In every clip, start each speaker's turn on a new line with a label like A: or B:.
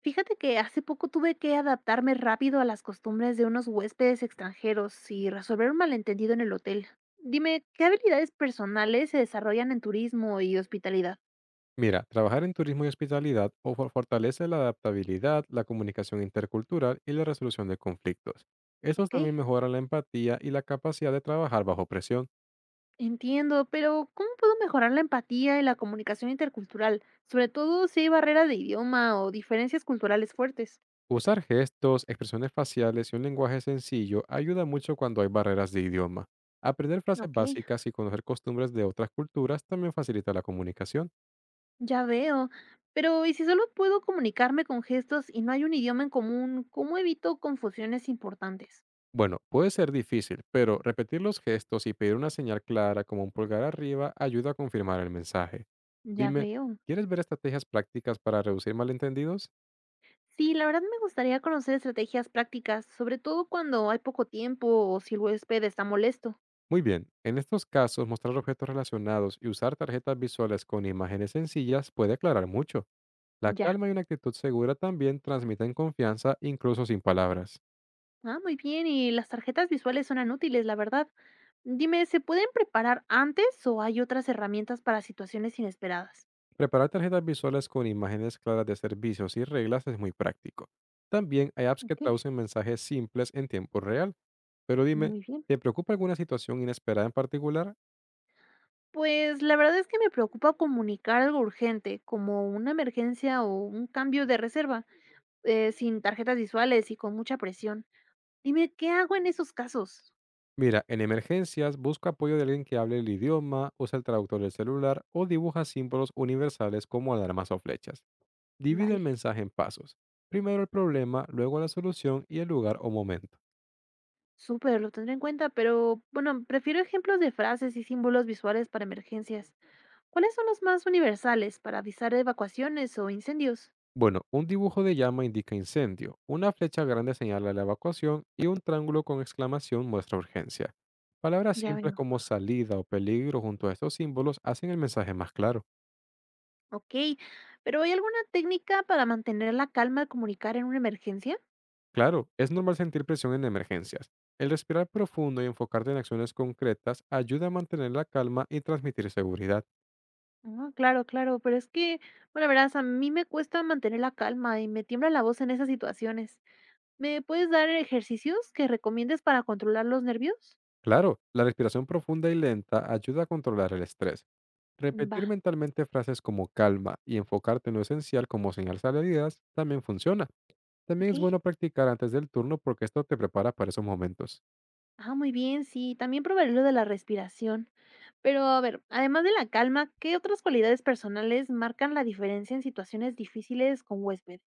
A: Fíjate que hace poco tuve que adaptarme rápido a las costumbres de unos huéspedes extranjeros y resolver un malentendido en el hotel. Dime, ¿qué habilidades personales se desarrollan en turismo y hospitalidad?
B: Mira, trabajar en turismo y hospitalidad fortalece la adaptabilidad, la comunicación intercultural y la resolución de conflictos. Estos
A: Ok,
B: también mejoran la empatía y la capacidad de trabajar bajo presión.
A: entiendo, pero ¿cómo puedo mejorar la empatía y la comunicación intercultural? Sobre todo si hay barrera de idioma o diferencias culturales fuertes.
B: Usar gestos, expresiones faciales y un lenguaje sencillo ayuda mucho cuando hay barreras de idioma. Aprender frases
A: Ok,
B: básicas y conocer costumbres de otras culturas también facilita la comunicación.
A: ya veo. Pero, ¿y si solo puedo comunicarme con gestos y no hay un idioma en común, cómo evito confusiones importantes?
B: Bueno, puede ser difícil, pero repetir los gestos y pedir una señal clara como un pulgar arriba ayuda a confirmar el mensaje.
A: Ya
B: Dime,
A: veo.
B: ¿quieres ver estrategias prácticas para reducir malentendidos?
A: Sí, la verdad me gustaría conocer estrategias prácticas, sobre todo cuando hay poco tiempo o si el huésped está molesto.
B: Muy bien, en estos casos mostrar objetos relacionados y usar tarjetas visuales con imágenes sencillas puede aclarar mucho. La
A: Ya.
B: calma y una actitud segura también transmiten confianza incluso sin palabras.
A: Ah, muy bien, y las tarjetas visuales son útiles, la verdad. Dime, ¿se pueden preparar antes o hay otras herramientas para situaciones inesperadas?
B: Preparar tarjetas visuales con imágenes claras de servicios y reglas es muy práctico. También hay apps que
A: Ok,
B: traducen mensajes simples en tiempo real. Pero dime,
A: muy bien.
B: ¿te preocupa alguna situación inesperada en particular?
A: Pues la verdad es que me preocupa comunicar algo urgente, como una emergencia o un cambio de reserva, sin tarjetas visuales y con mucha presión. Dime, ¿qué hago en esos casos?
B: Mira, en emergencias busca apoyo de alguien que hable el idioma, usa el traductor del celular o dibuja símbolos universales como alarmas o flechas. Divide el
A: Vale.
B: mensaje en pasos. Primero el problema, luego la solución y el lugar o momento.
A: Súper, lo tendré en cuenta, pero bueno, prefiero ejemplos de frases y símbolos visuales para emergencias. ¿Cuáles son los más universales para avisar de evacuaciones o incendios?
B: Bueno, un dibujo de llama indica incendio, una flecha grande señala la evacuación y un triángulo con exclamación muestra urgencia. Palabras
A: Ya
B: simples
A: veo.
B: como salida o peligro junto a estos símbolos hacen el mensaje más claro.
A: Ok, pero ¿hay alguna técnica para mantener la calma al comunicar en una emergencia?
B: Claro, es normal sentir presión en emergencias. El respirar profundo y enfocarte en acciones concretas ayuda a mantener la calma y transmitir seguridad.
A: Ah, claro, claro, pero es que, bueno, verás, a mí me cuesta mantener la calma y me tiembla la voz en esas situaciones. ¿Me puedes dar ejercicios que recomiendes para controlar los nervios?
B: Claro, la respiración profunda y lenta ayuda a controlar el estrés.
A: Va,
B: Repetir mentalmente frases como calma y enfocarte en lo esencial como señal salidas también funciona. También
A: ok.
B: es bueno practicar antes del turno porque esto te prepara para esos momentos.
A: Ah, muy bien, sí, también probaré lo de la respiración. Pero a ver, además de la calma, ¿qué otras cualidades personales marcan la diferencia en situaciones difíciles con huéspedes?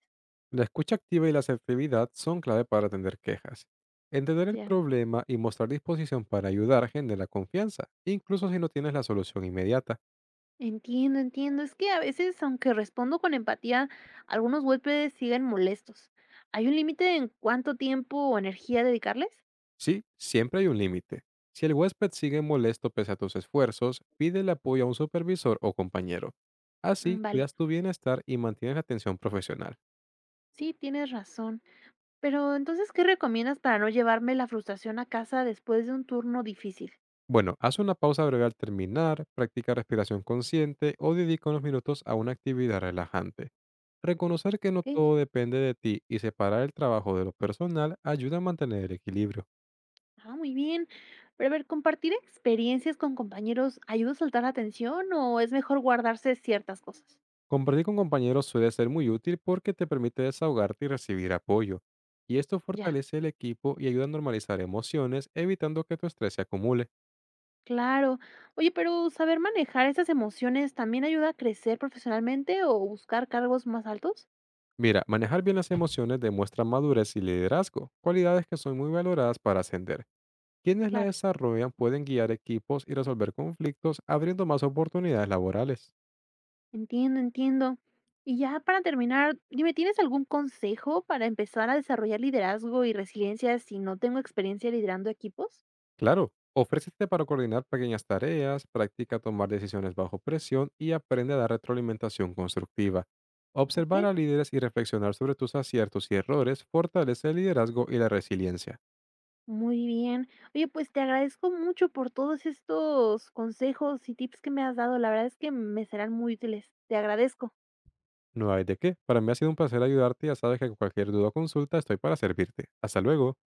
B: La escucha activa y la asertividad son clave para atender quejas. Entender el
A: Ya.
B: problema y mostrar disposición para ayudar genera confianza, incluso si no tienes la solución inmediata.
A: Entiendo, entiendo. Es que a veces, aunque respondo con empatía, algunos huéspedes siguen molestos. ¿Hay un límite en cuánto tiempo o energía dedicarles?
B: Sí, siempre hay un límite. Si el huésped sigue molesto pese a tus esfuerzos, pide el apoyo a un supervisor o compañero. Así,
A: Mm, vale,
B: cuidas tu bienestar y mantienes la atención profesional.
A: sí, tienes razón. Pero entonces, ¿qué recomiendas para no llevarme la frustración a casa después de un turno difícil?
B: Bueno, haz una pausa breve al terminar, practica respiración consciente o dedica unos minutos a una actividad relajante. Reconocer que no todo
A: Ok.
B: depende de ti y separar el trabajo de lo personal ayuda a mantener el equilibrio.
A: Ah, muy bien. Pero a ver, ¿compartir experiencias con compañeros ayuda a saltar la tensión o es mejor guardarse ciertas cosas?
B: Compartir con compañeros suele ser muy útil porque te permite desahogarte y recibir apoyo. Y esto
A: Ya,
B: fortalece el equipo y ayuda a normalizar emociones, evitando que tu estrés se acumule.
A: claro. Oye, pero ¿saber manejar esas emociones también ayuda a crecer profesionalmente o buscar cargos más altos?
B: Mira, manejar bien las emociones demuestra madurez y liderazgo, cualidades que son muy valoradas para ascender. Quienes la
A: Claro,
B: desarrollan pueden guiar equipos y resolver conflictos, abriendo más oportunidades laborales.
A: entiendo, entiendo. Y ya para terminar, dime, ¿tienes algún consejo para empezar a desarrollar liderazgo y resiliencia si no tengo experiencia liderando equipos?
B: Claro, ofrécete para coordinar pequeñas tareas, practica tomar decisiones bajo presión y aprende a dar retroalimentación constructiva.
A: Ok.
B: Observar a líderes y reflexionar sobre tus aciertos y errores fortalece el liderazgo y la resiliencia.
A: Muy bien. Oye, pues te agradezco mucho por todos estos consejos y tips que me has dado. La verdad es que me serán muy útiles. Te agradezco.
B: No hay de qué. Para mí ha sido un placer ayudarte y ya sabes que cualquier duda o consulta estoy para servirte. Hasta luego.